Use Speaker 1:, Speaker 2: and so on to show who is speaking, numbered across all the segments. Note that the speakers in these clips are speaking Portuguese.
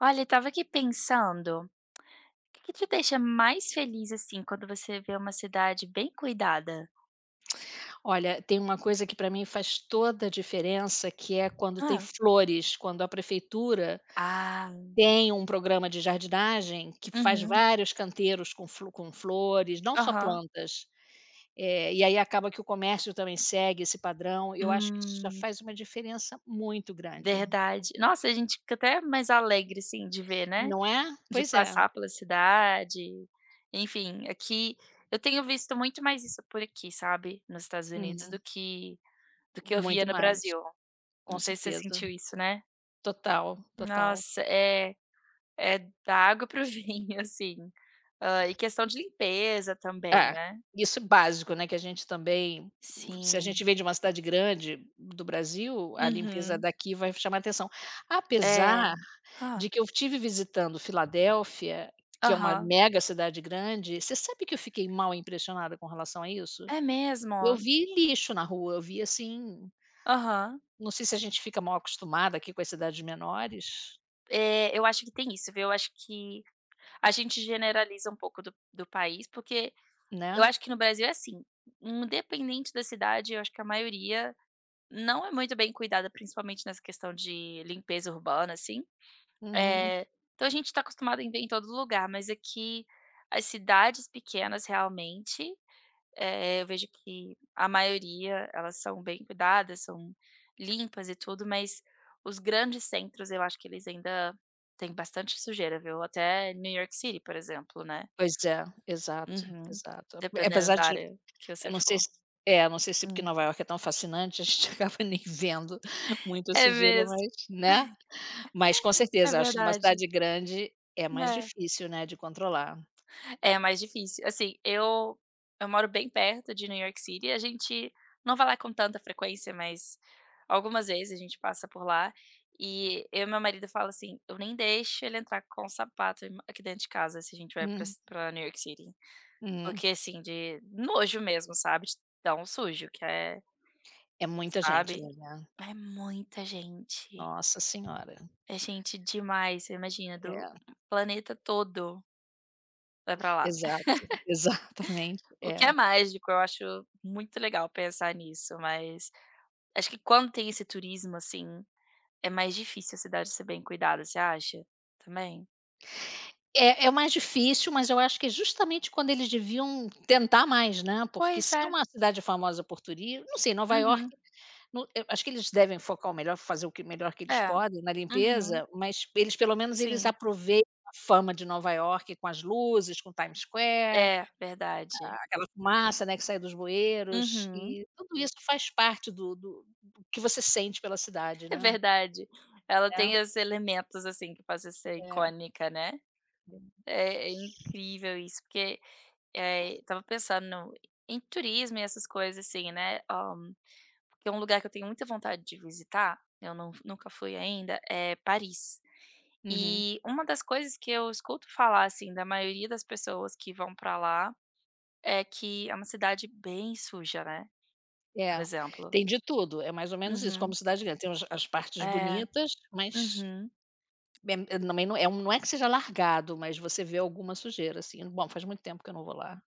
Speaker 1: Olha, eu tava aqui pensando, o que que te deixa mais feliz, assim, quando você vê uma cidade bem cuidada?
Speaker 2: Olha, tem uma coisa que para mim faz toda a diferença, que é quando tem
Speaker 1: Hã.
Speaker 2: flores, quando a prefeitura
Speaker 1: Ah,
Speaker 2: tem um programa de jardinagem que faz
Speaker 1: uhum,
Speaker 2: vários canteiros com flores, não só
Speaker 1: aham,
Speaker 2: plantas. E aí acaba que o comércio também segue esse padrão, eu acho que isso já
Speaker 1: hum,
Speaker 2: faz uma diferença muito grande,
Speaker 1: verdade. Nossa, a gente fica até mais alegre, assim, de ver, né,
Speaker 2: não é?
Speaker 1: de
Speaker 2: Pois é.
Speaker 1: passar pela cidade, enfim, aqui eu tenho visto muito mais isso por aqui, sabe, nos Estados Unidos do
Speaker 2: Uhum.
Speaker 1: que eu via
Speaker 2: Muito
Speaker 1: no
Speaker 2: mais,
Speaker 1: Brasil.
Speaker 2: com
Speaker 1: Não sei se você
Speaker 2: certeza.
Speaker 1: sentiu isso, né?
Speaker 2: Total, total.
Speaker 1: Nossa, é, da água para o vinho, assim. Hã, e questão de limpeza também,
Speaker 2: É,
Speaker 1: né.
Speaker 2: isso é básico, né, que a gente também se a gente
Speaker 1: Sim.
Speaker 2: vem de uma cidade grande do Brasil, a limpeza
Speaker 1: Uhum.
Speaker 2: daqui vai chamar atenção.
Speaker 1: É.
Speaker 2: Apesar
Speaker 1: Hã.
Speaker 2: de que eu estive visitando Filadélfia, que é uma
Speaker 1: Aham.
Speaker 2: mega cidade grande, você sabe que eu fiquei mal impressionada com relação a isso?
Speaker 1: É
Speaker 2: Eu
Speaker 1: mesmo?
Speaker 2: vi lixo na rua, eu vi assim
Speaker 1: Aham.
Speaker 2: não sei se a gente fica mal acostumada aqui com as cidades menores,
Speaker 1: Eu acho que tem isso, viu. Eu acho que a gente generaliza um pouco do país, porque eu
Speaker 2: né.
Speaker 1: acho que no Brasil é assim, independente da cidade, eu acho que a maioria não é muito bem cuidada, principalmente nessa questão de limpeza urbana, assim.
Speaker 2: Uhum.
Speaker 1: É, então a gente está acostumado em ver em todo lugar, mas aqui as cidades pequenas realmente, eu vejo que a maioria elas são bem cuidadas, são limpas e tudo, mas os grandes centros eu acho que eles ainda têm bastante sujeira, viu. Até New York City, por exemplo, né.
Speaker 2: Pois é, exato,
Speaker 1: Uhum.
Speaker 2: exato.
Speaker 1: Dependendo
Speaker 2: Apesar
Speaker 1: da
Speaker 2: de
Speaker 1: área que
Speaker 2: eu
Speaker 1: você
Speaker 2: não sei
Speaker 1: for.
Speaker 2: se é, eu não sei se porque
Speaker 1: Hum.
Speaker 2: Nova York é tão fascinante, a gente acaba nem vendo muita
Speaker 1: É
Speaker 2: sujeira,
Speaker 1: mesmo,
Speaker 2: mas, né. Mas com
Speaker 1: é
Speaker 2: certeza, acho que numa
Speaker 1: verdade.
Speaker 2: cidade grande é mais
Speaker 1: É.
Speaker 2: difícil, né, de controlar.
Speaker 1: É mais difícil. Assim, eu moro bem perto de New York City, a gente não vai lá com tanta frequência, mas algumas vezes a gente passa por lá, e eu e meu marido fala assim: "Eu nem deixo ele entrar com sapato em aqui dentro de casa se a gente vai pra New York City",
Speaker 2: Uhum.
Speaker 1: porque assim, de nojo mesmo, sabe, de tão sujo que é,
Speaker 2: É muita gente lá,
Speaker 1: sabe.
Speaker 2: né.
Speaker 1: É muita gente,
Speaker 2: Nossa senhora.
Speaker 1: é gente demais, você imagina, do
Speaker 2: É,
Speaker 1: planeta todo vai pra lá.
Speaker 2: exato, exatamente,
Speaker 1: O que é
Speaker 2: é.
Speaker 1: mágico, eu acho muito legal pensar nisso, mas acho que quando tem esse turismo, assim, é mais difícil a cidade ser bem cuidada, você acha? Também?
Speaker 2: É é mais difícil, mas eu acho que é justamente quando eles deviam tentar mais, né, porque
Speaker 1: Pois
Speaker 2: se é
Speaker 1: é.
Speaker 2: uma cidade famosa por turismo, não sei, Nova York.
Speaker 1: Uhum.
Speaker 2: Não, eu acho que eles devem focar o melhor, fazer o que melhor que eles
Speaker 1: É.
Speaker 2: podem na
Speaker 1: Uhum.
Speaker 2: limpeza, mas eles pelo menos eles
Speaker 1: Sim.
Speaker 2: aproveitam a fama de Nova York com as luzes, com Times Square,
Speaker 1: É, verdade.
Speaker 2: aquela fumaça, né, que sai dos bueiros
Speaker 1: Uhum.
Speaker 2: e tudo isso faz parte do que você sente pela cidade,
Speaker 1: É
Speaker 2: né.
Speaker 1: verdade. Ela
Speaker 2: É,
Speaker 1: tem os elementos, assim, que fazem ser
Speaker 2: é.
Speaker 1: icônica, né. É incrível isso, porque, estava pensando em turismo e essas coisas, assim, né, porque é um lugar que eu tenho muita vontade de visitar, eu nunca fui ainda, é Paris.
Speaker 2: Uhum.
Speaker 1: E uma das coisas que eu escuto falar, assim, da maioria das pessoas que vão pra lá, é que é uma cidade bem suja, né, por
Speaker 2: É,
Speaker 1: exemplo.
Speaker 2: tem de tudo, é mais ou menos isso, como
Speaker 1: Uhum.
Speaker 2: cidade grande, tem os as partes
Speaker 1: É.
Speaker 2: bonitas, mas
Speaker 1: Uhum.
Speaker 2: é é- também não é um- não é que seja largado, mas você vê alguma sujeira, assim. Bom, faz muito tempo que eu não vou lá.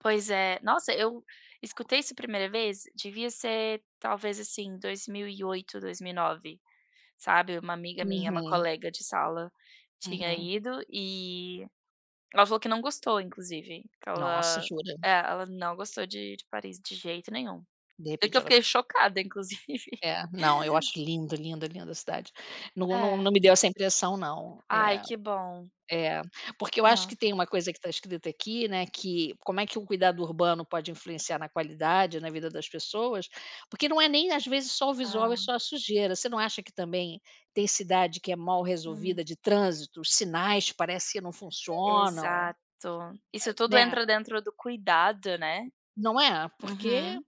Speaker 1: Pois é. Nossa, eu escutei isso a primeira vez, devia ser talvez, assim, dois mil e oito, 2009, sabe. Uma amiga minha, uma
Speaker 2: Uhum.
Speaker 1: colega de sala, tinha
Speaker 2: Uhum.
Speaker 1: ido e ela falou que não gostou inclusive, que
Speaker 2: Nossa,
Speaker 1: ela
Speaker 2: jura?
Speaker 1: é, ela não gostou de Paris de jeito nenhum.
Speaker 2: De repente
Speaker 1: Eu
Speaker 2: ela
Speaker 1: fiquei chocada inclusive.
Speaker 2: é, não, eu acho lindo, linda, linda a cidade. Não não
Speaker 1: É.
Speaker 2: não me deu essa impressão não.
Speaker 1: Ai
Speaker 2: É,
Speaker 1: que bom.
Speaker 2: é, porque eu acho
Speaker 1: Hã.
Speaker 2: que tem uma coisa que está escrita aqui, né, que como é que o cuidado urbano pode influenciar na qualidade, na vida das pessoas, porque não é nem às vezes só o visual, é
Speaker 1: Ah.
Speaker 2: só a sujeira. Você não acha que também tem cidade que é mal
Speaker 1: Uhum.
Speaker 2: resolvida de trânsito, os sinais parece que não funcionam,
Speaker 1: Exato. Isso tudo
Speaker 2: né,
Speaker 1: entra dentro do cuidado, né.
Speaker 2: não é? Porque
Speaker 1: Uhum.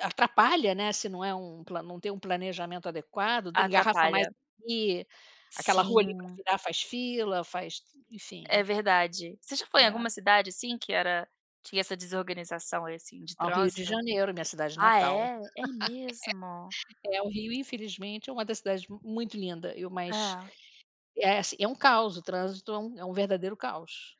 Speaker 2: atrapalha, né, se não é um pla não tem um planejamento adequado, engarrafa mais
Speaker 1: Atrapalha.
Speaker 2: aqui, aquela rua ali para
Speaker 1: Sim,
Speaker 2: virar faz fila, faz enfim,
Speaker 1: é verdade. Você já foi em
Speaker 2: é
Speaker 1: alguma cidade, assim, que era tinha essa desorganização, assim, de
Speaker 2: ao Rio de
Speaker 1: trânsito?
Speaker 2: Janeiro, minha cidade
Speaker 1: Ah
Speaker 2: natal.
Speaker 1: é? É mesmo?
Speaker 2: É, o Rio infelizmente é uma das cidades mu- muito linda, eu mas
Speaker 1: Ah.
Speaker 2: é assim, é um caos, o trânsito é um verdadeiro caos,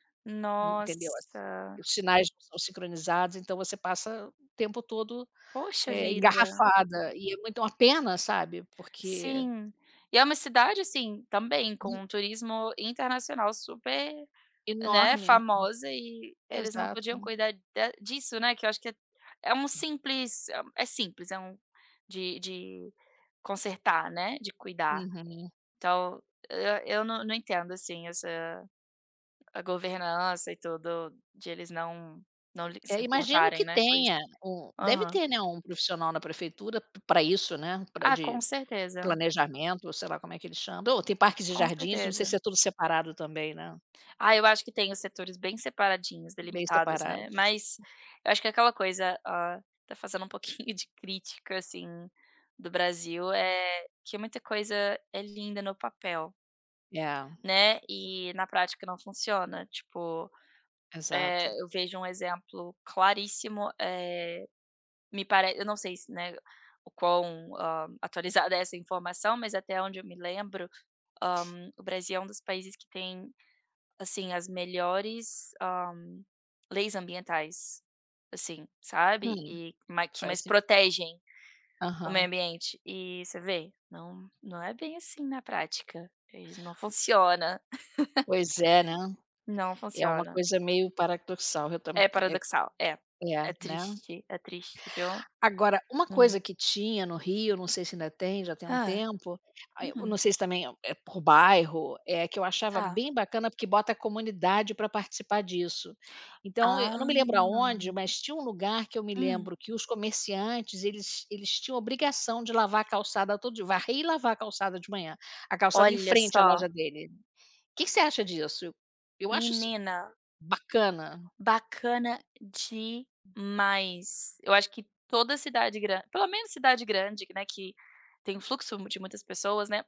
Speaker 2: entendeu, assim.
Speaker 1: Nossa,
Speaker 2: Os sinais não são sincronizados, então você passa o tempo todo,
Speaker 1: poxa vida.
Speaker 2: engarrafada e é muito uma pena, sabe, porque
Speaker 1: Sim. E é uma cidade, assim, também
Speaker 2: e-
Speaker 1: com um turismo internacional super, né,
Speaker 2: enorme.
Speaker 1: famosa e eles não podiam
Speaker 2: Exato.
Speaker 1: cuidar da disso, né, que eu acho que é é um simples é um é simples, é um de consertar, né, de cuidar.
Speaker 2: Uhum.
Speaker 1: Então, eu não entendo, assim, essa a governança e tudo de eles não não li
Speaker 2: É,
Speaker 1: se
Speaker 2: imagino que
Speaker 1: importarem, né, com isso.
Speaker 2: tenha um deve
Speaker 1: Aham.
Speaker 2: ter, né, um profissional na prefeitura para isso, né, pra
Speaker 1: Ah,
Speaker 2: de
Speaker 1: com certeza,
Speaker 2: planejamento, sei lá como é que eles chamam. Ou tem parques e
Speaker 1: com
Speaker 2: jardins, não sei se
Speaker 1: certeza.
Speaker 2: é tudo separado também, né,
Speaker 1: Ah, eu acho que tem os setores bem separadinhos,
Speaker 2: bem
Speaker 1: delimitados,
Speaker 2: separado.
Speaker 1: né, mas eu acho que é aquela coisa, tá fazendo um pouquinho de crítica, assim, do Brasil, que muita coisa é linda no papel,
Speaker 2: É,
Speaker 1: né, e na prática não funciona, tipo,
Speaker 2: exato.
Speaker 1: eu vejo um exemplo claríssimo, eh, me pare eu não sei se, né, o quão, atualizada é essa informação, mas até onde eu me lembro, o Brasil é um dos países que tem assim, as melhores, leis ambientais, assim, sabe,
Speaker 2: Hum,
Speaker 1: e ma que
Speaker 2: faz
Speaker 1: mais
Speaker 2: sen
Speaker 1: protegem o meio
Speaker 2: aham.
Speaker 1: ambiente. E você vê, não é bem assim na prática, e não funciona,
Speaker 2: Pois é, né,
Speaker 1: não
Speaker 2: é uma
Speaker 1: funciona.
Speaker 2: coisa meio paradoxal, eu tam
Speaker 1: É
Speaker 2: é
Speaker 1: paradoxal, é.
Speaker 2: é, né.
Speaker 1: É triste, viu.
Speaker 2: Agora, uma
Speaker 1: Hum.
Speaker 2: coisa que tinha no Rio, não sei se ainda tem, já tem um
Speaker 1: Hã.
Speaker 2: tempo, aí eu não
Speaker 1: Uhum.
Speaker 2: sei se também é por bairro, é que eu achava
Speaker 1: Tá.
Speaker 2: bem bacana, porque bota a comunidade para participar disso. Então, eu não
Speaker 1: Ah.
Speaker 2: me lembro aonde, mas tinha um lugar que eu me
Speaker 1: Hum.
Speaker 2: lembro que os comerciantes, eles tinham obrigação de lavar a calçada todo dia, varrer e lavar a calçada de manhã, a calçada em
Speaker 1: Olha
Speaker 2: frente à
Speaker 1: só,
Speaker 2: loja dele. O que que você acha disso? Eu acho isso
Speaker 1: menina,
Speaker 2: bacana.
Speaker 1: bacana demais. Eu acho que toda cidade grande, pelo menos cidade grande, né, que tem um fluxo de muitas pessoas, né,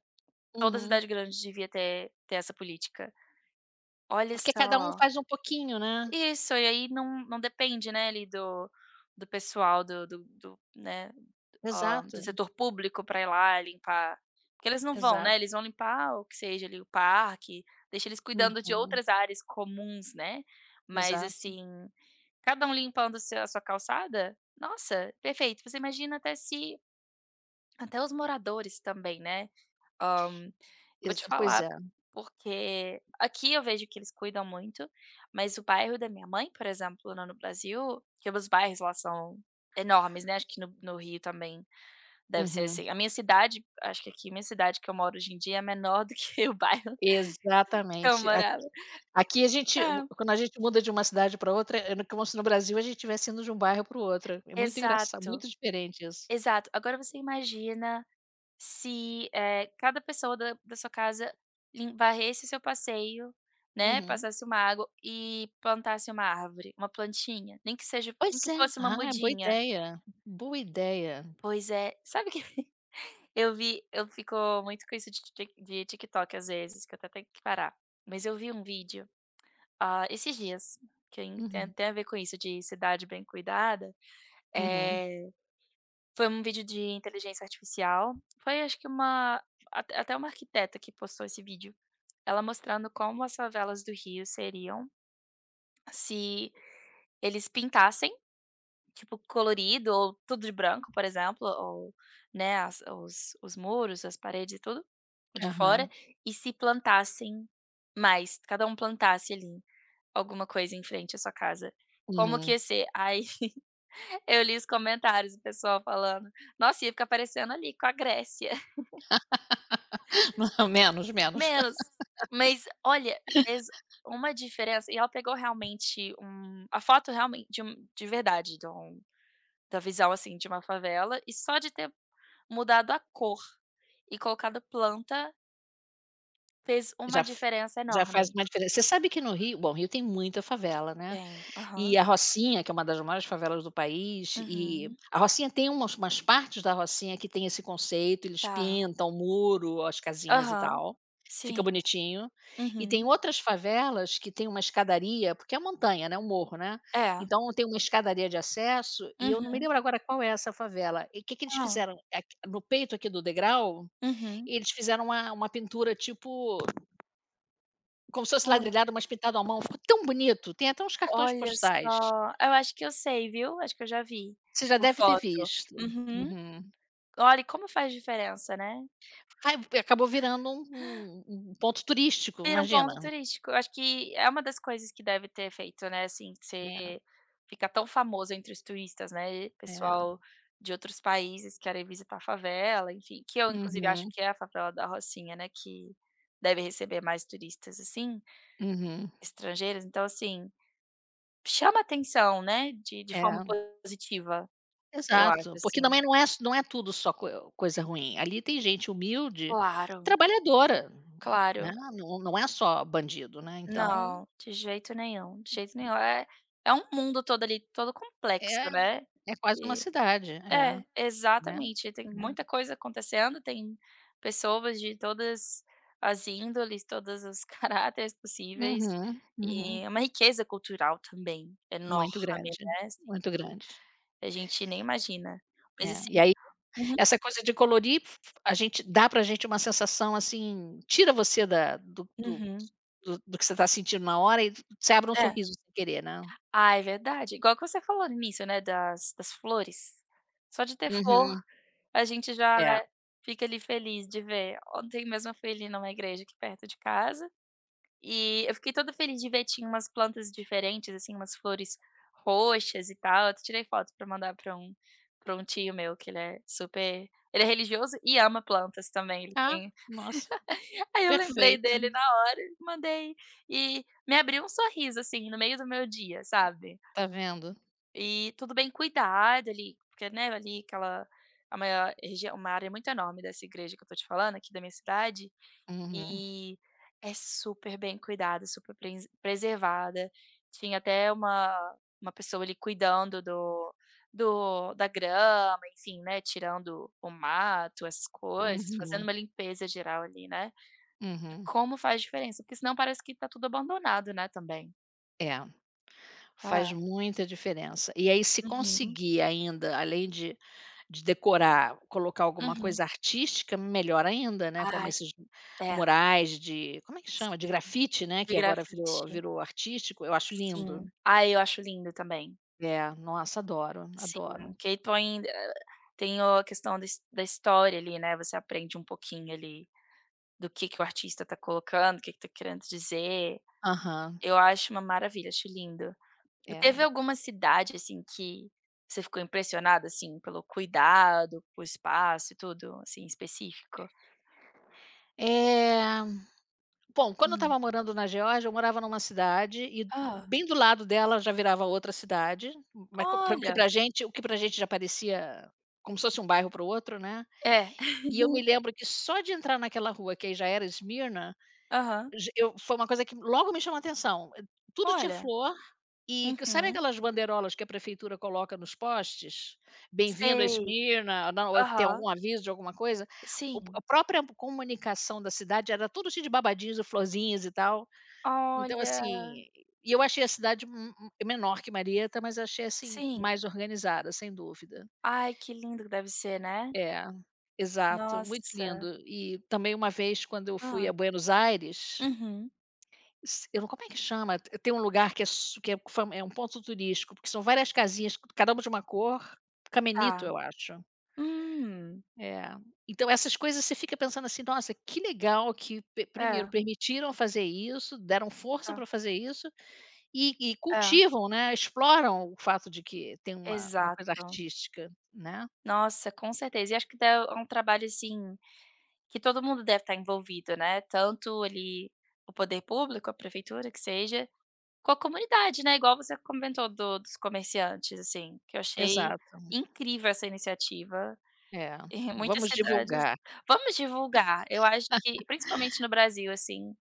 Speaker 1: toda
Speaker 2: Uhum.
Speaker 1: cidade grande devia ter essa política. Olha
Speaker 2: Porque cada um
Speaker 1: só.
Speaker 2: faz um pouquinho, né.
Speaker 1: Isso, e aí não depende, né, ali do pessoal do do, né, do
Speaker 2: Exato,
Speaker 1: setor público para ir lá limpar. Porque eles não vão, né,
Speaker 2: exato.
Speaker 1: eles vão limpar o que seja ali o parque, deixa eles cuidando de
Speaker 2: Uhum,
Speaker 1: outras áreas comuns, né, mas
Speaker 2: exato.
Speaker 1: assim cada um limpando o seu, a sua calçada? Nossa, perfeito. Você imagina até se até os moradores também, né. Ahn, eu vou te
Speaker 2: Exa pois
Speaker 1: falar,
Speaker 2: é.
Speaker 1: porque aqui eu vejo que eles cuidam muito, mas o bairro da minha mãe, por exemplo, lá no Brasil, que os bairros lá são enormes, né, acho que no Rio também deve ser
Speaker 2: Uhum.
Speaker 1: assim. A minha cidade, acho que aqui, minha cidade que eu moro hoje em dia é menor do que o bairro que eu
Speaker 2: Exatamente. A
Speaker 1: morava.
Speaker 2: aqui a gente u
Speaker 1: É,
Speaker 2: quando a gente muda de uma cidade para outra, é no como se no Brasil a gente estivesse indo de um bairro para o outro. É muito engraçado,
Speaker 1: exato,
Speaker 2: muito diferente isso.
Speaker 1: exato. Agora você imagina se, cada pessoa da sua casa lim varresse o seu passeio, né,
Speaker 2: Uhum.
Speaker 1: passasse uma água e plantasse uma árvore, uma plantinha, nem que seja,
Speaker 2: Pois
Speaker 1: nem que
Speaker 2: é.
Speaker 1: fosse uma
Speaker 2: Ah, boa
Speaker 1: mudinha.
Speaker 2: ideia. Boa ideia.
Speaker 1: Pois é, sabe que eu vi, eu fico muito com isso de TikTok às vezes, que eu até tenho que parar. Mas eu vi um vídeo, ah, esses dias, que tem
Speaker 2: Uhum.
Speaker 1: tem a ver com isso de cidade bem cuidada,
Speaker 2: Uhum.
Speaker 1: eh foi um vídeo de inteligência artificial, foi acho que uma até uma arquiteta que postou esse vídeo, ela mostrando como as favelas do Rio seriam se eles pintassem, tipo, colorido ou tudo de branco, por exemplo, ou, né, as os muros, as paredes e tudo, de fora,
Speaker 2: Aham.
Speaker 1: e se plantassem mais, cada um plantasse ali alguma coisa em frente à sua casa. Como que
Speaker 2: Uhum.
Speaker 1: ia ser? Aí eu li os comentários, o pessoal falando: "Nossa, ia ficar parecendo ali com a Grécia".
Speaker 2: Não, menos, menos.
Speaker 1: Menos, mas olha, fez uma diferença, e ela pegou realmente a foto realmente de um, de verdade, de um da visão, assim, de uma favela e só de ter mudado a cor e colocado planta fez
Speaker 2: Já
Speaker 1: uma
Speaker 2: f
Speaker 1: diferença
Speaker 2: já faz
Speaker 1: enorme.
Speaker 2: uma diferença. Você sabe que no Rio bom, Rio tem muita favela, né?
Speaker 1: Tem,
Speaker 2: E
Speaker 1: aham.
Speaker 2: a Rocinha, que é uma das maiores favelas do país, e
Speaker 1: Uhum,
Speaker 2: a Rocinha tem umas partes da Rocinha que tem esse conceito, eles
Speaker 1: tá.
Speaker 2: pintam o muro, as casinhas e
Speaker 1: Aham,
Speaker 2: tal, fica
Speaker 1: sim.
Speaker 2: bonitinho. E tem
Speaker 1: Uhum.
Speaker 2: outras favelas que tem uma escadaria, porque é montanha, né, um morro, né,
Speaker 1: É.
Speaker 2: então tem uma escadaria de acesso e eu não me
Speaker 1: Uhum.
Speaker 2: lembro agora qual é essa favela. E o que que eles
Speaker 1: Hã.
Speaker 2: fizeram, aqui no peito aqui do degrau,
Speaker 1: Uhum.
Speaker 2: eles fizeram uma pintura tipo como se fosse ladrilhado, mas pintado à mão, ficou tão bonito, tem até uns cartões
Speaker 1: Olha
Speaker 2: postais.
Speaker 1: só, eu acho que eu sei, viu, acho que eu já vi
Speaker 2: Você já
Speaker 1: por
Speaker 2: deve ter
Speaker 1: foto.
Speaker 2: visto.
Speaker 1: Uhum.
Speaker 2: Uhum.
Speaker 1: Olha, e como faz diferença, né.
Speaker 2: Ai, acabou virando um ponto turístico,
Speaker 1: Vira um
Speaker 2: imagina.
Speaker 1: ponto turístico, eu acho que é uma das coisas que deve ter feito, né, assim, você ficar tão famoso entre os turistas, né,
Speaker 2: É, é.
Speaker 1: pessoal de outros países querem visitar a favela, enfim, que eu inclusive acho
Speaker 2: Uhum,
Speaker 1: que é a favela da Rocinha, né, que deve receber mais turistas, assim,
Speaker 2: uhum.
Speaker 1: estrangeiros, então assim, chama atenção, né, de forma
Speaker 2: É,
Speaker 1: positiva, eu acho,
Speaker 2: exato. Porque
Speaker 1: assim.
Speaker 2: também não é tudo só co coisa ruim, ali tem gente humilde,
Speaker 1: Claro,
Speaker 2: trabalhadora, né,
Speaker 1: claro.
Speaker 2: não é só bandido, né, então
Speaker 1: Não, de jeito nenhum, de jeito nenhum. É um mundo todo ali, todo complexo,
Speaker 2: é
Speaker 1: né.
Speaker 2: é quase uma
Speaker 1: E
Speaker 2: cidade, é,
Speaker 1: é,
Speaker 2: né,
Speaker 1: exatamente, tem muita
Speaker 2: é.
Speaker 1: coisa acontecendo, tem pessoas de todas as índoles, todos os caráteres possíveis,
Speaker 2: Uhum,
Speaker 1: e
Speaker 2: uhum.
Speaker 1: é uma riqueza cultural também,
Speaker 2: Muito
Speaker 1: enorme,
Speaker 2: grande,
Speaker 1: né, assim,
Speaker 2: muito
Speaker 1: que
Speaker 2: grande.
Speaker 1: a gente nem imagina. Mas
Speaker 2: É, e
Speaker 1: assim
Speaker 2: aí
Speaker 1: uhum,
Speaker 2: essa coisa de colorir, a gente dá pra gente uma sensação, assim, tira você da do do
Speaker 1: uhum.
Speaker 2: do do que você tá sentindo na hora e você abre um
Speaker 1: É.
Speaker 2: sorriso sem querer, né.
Speaker 1: Ah, é verdade. Igual que você falou no início, né, das flores. Só de ter flor,
Speaker 2: Uhum.
Speaker 1: a gente já
Speaker 2: É.
Speaker 1: fica ali feliz de ver. Ontem mesmo eu fui ali numa igreja aqui perto de casa, e eu fiquei toda feliz de ver, tinha umas plantas diferentes, assim, umas flores roxas e tal. Eu até tirei foto pra mandar pra um tio meu, que ele é super, ele é religioso e ama plantas também, ele
Speaker 2: Ah,
Speaker 1: tem
Speaker 2: nossa,
Speaker 1: aí eu lembrei
Speaker 2: perfeito.
Speaker 1: dele na hora, mandei, e me abriu um sorriso, assim, no meio do meu dia, sabe.
Speaker 2: Tá vendo?
Speaker 1: E tudo bem cuidado ali, porque, né, ali aquela é uma região, uma área muito enorme dessa igreja que eu tô te falando, aqui da minha cidade,
Speaker 2: Uhum,
Speaker 1: e é super bem cuidada, super prense preservada. Tinha até uma pessoa ali cuidando do da grama, enfim, né, tirando o mato, essas coisas, fazendo
Speaker 2: uhum,
Speaker 1: uma limpeza geral ali, né.
Speaker 2: uhum.
Speaker 1: Como faz diferença, porque senão parece que tá tudo abandonado, né, também.
Speaker 2: É, faz
Speaker 1: Ah.
Speaker 2: muita diferença. E aí se
Speaker 1: Uhum,
Speaker 2: conseguir ainda, além de decorar, colocar alguma
Speaker 1: uhum.
Speaker 2: coisa artística, melhor ainda, né, como
Speaker 1: Ai,
Speaker 2: esses
Speaker 1: é,
Speaker 2: murais de como é que chama? De
Speaker 1: sim.
Speaker 2: grafite, né,
Speaker 1: De
Speaker 2: que agora virou
Speaker 1: grafite,
Speaker 2: virou artístico, eu acho
Speaker 1: sim.
Speaker 2: lindo.
Speaker 1: Ah, eu acho lindo também.
Speaker 2: É, nossa, adoro,
Speaker 1: Sim,
Speaker 2: adoro.
Speaker 1: que põe tem o a questão da história ali, né, você aprende um pouquinho ali, do que o artista tá colocando, o que que tá querendo dizer.
Speaker 2: Aham,
Speaker 1: Eu acho uma maravilha, acho lindo. E
Speaker 2: é.
Speaker 1: teve alguma cidade, assim, que você ficou impressionada, assim, pelo cuidado, com o espaço e tudo, assim, específico?
Speaker 2: Eh, bom, quando eu
Speaker 1: Hum.
Speaker 2: estava morando na Geórgia, eu morava numa cidade e
Speaker 1: Hã.
Speaker 2: bem do lado dela já virava outra cidade, mas co pra o que
Speaker 1: Olha.
Speaker 2: pra gente o que pra gente já parecia como se fosse um bairro para o outro, né.
Speaker 1: É.
Speaker 2: E eu me lembro que só de entrar naquela rua que aí já era Smyrna
Speaker 1: Aham.
Speaker 2: Ge eu foi uma coisa que logo me chamou a atenção. Tudo tinha
Speaker 1: Olha.
Speaker 2: flor e que sabe
Speaker 1: Uhum.
Speaker 2: aquelas bandeirolas que a prefeitura coloca nos postes? "Bem-vindo a
Speaker 1: Sei.
Speaker 2: Esmirna", não, ou tem
Speaker 1: Aham.
Speaker 2: algum aviso de alguma coisa? O
Speaker 1: Sim.
Speaker 2: a própria comunicação da cidade era tudo cheio de babadinhos e florzinhas e tal. Então,
Speaker 1: Olha,
Speaker 2: assim, e eu achei a cidade m m menor que Marieta, mas achei, assim,
Speaker 1: sim.
Speaker 2: mais organizada, sem dúvida.
Speaker 1: Ai, que lindo que deve ser, né.
Speaker 2: É, exato, muito
Speaker 1: Nossa.
Speaker 2: lindo. E também uma vez quando eu fui a
Speaker 1: Ah.
Speaker 2: Buenos Aires
Speaker 1: Uhum.
Speaker 2: s eu não como é que chama? Te tem um lugar que é su que é fam é um ponto turístico, porque são várias casinhas, cada uma de uma cor. Camenito
Speaker 1: Tá.
Speaker 2: eu acho.
Speaker 1: Hum.
Speaker 2: É. Então essas coisas você fica pensando assim: "Nossa, que legal que pe
Speaker 1: É,
Speaker 2: primeiro permitiram fazer isso, deram força
Speaker 1: tá.
Speaker 2: para fazer isso e
Speaker 1: É,
Speaker 2: cultivam, né, exploram o fato de que tem uma coisa
Speaker 1: exato.
Speaker 2: artística", né.
Speaker 1: Nossa, com certeza. E acho que dá um trabalho, assim, que todo mundo deve estar envolvido, né, tanto ali o poder público, a prefeitura, que seja, com a comunidade, né, igual você comentou do dos comerciantes, assim, que eu achei
Speaker 2: Exato.
Speaker 1: incrível essa iniciativa.
Speaker 2: É.
Speaker 1: Em muitas
Speaker 2: Vamos
Speaker 1: cidades.
Speaker 2: divulgar,
Speaker 1: Vamos divulgar, eu acho que principalmente no Brasil, assim,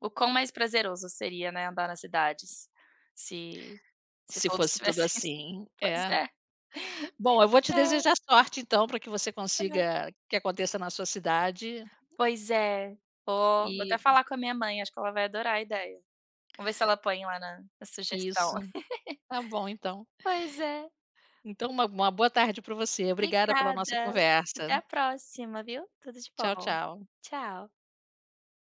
Speaker 1: o quão mais prazeroso seria, né, andar nas cidades, se se
Speaker 2: se
Speaker 1: todos
Speaker 2: fosse tudo
Speaker 1: tivessem isso.
Speaker 2: assim.
Speaker 1: Pois
Speaker 2: É.
Speaker 1: é,
Speaker 2: Bom, eu vou te
Speaker 1: é,
Speaker 2: desejar sorte então para que você consiga que aconteça na sua cidade
Speaker 1: pois é. Vou
Speaker 2: e
Speaker 1: até falar com a minha mãe, acho que ela vai adorar a ideia. Vamos ver se ela põe lá na sugestão.
Speaker 2: isso. Tá bom então.
Speaker 1: Pois é,
Speaker 2: Então uma boa tarde para você. Obrigada pela nossa
Speaker 1: obrigada.
Speaker 2: conversa.
Speaker 1: Até a próxima, viu. Tudo de
Speaker 2: Tchau,
Speaker 1: bom.
Speaker 2: tchau.
Speaker 1: Tchau.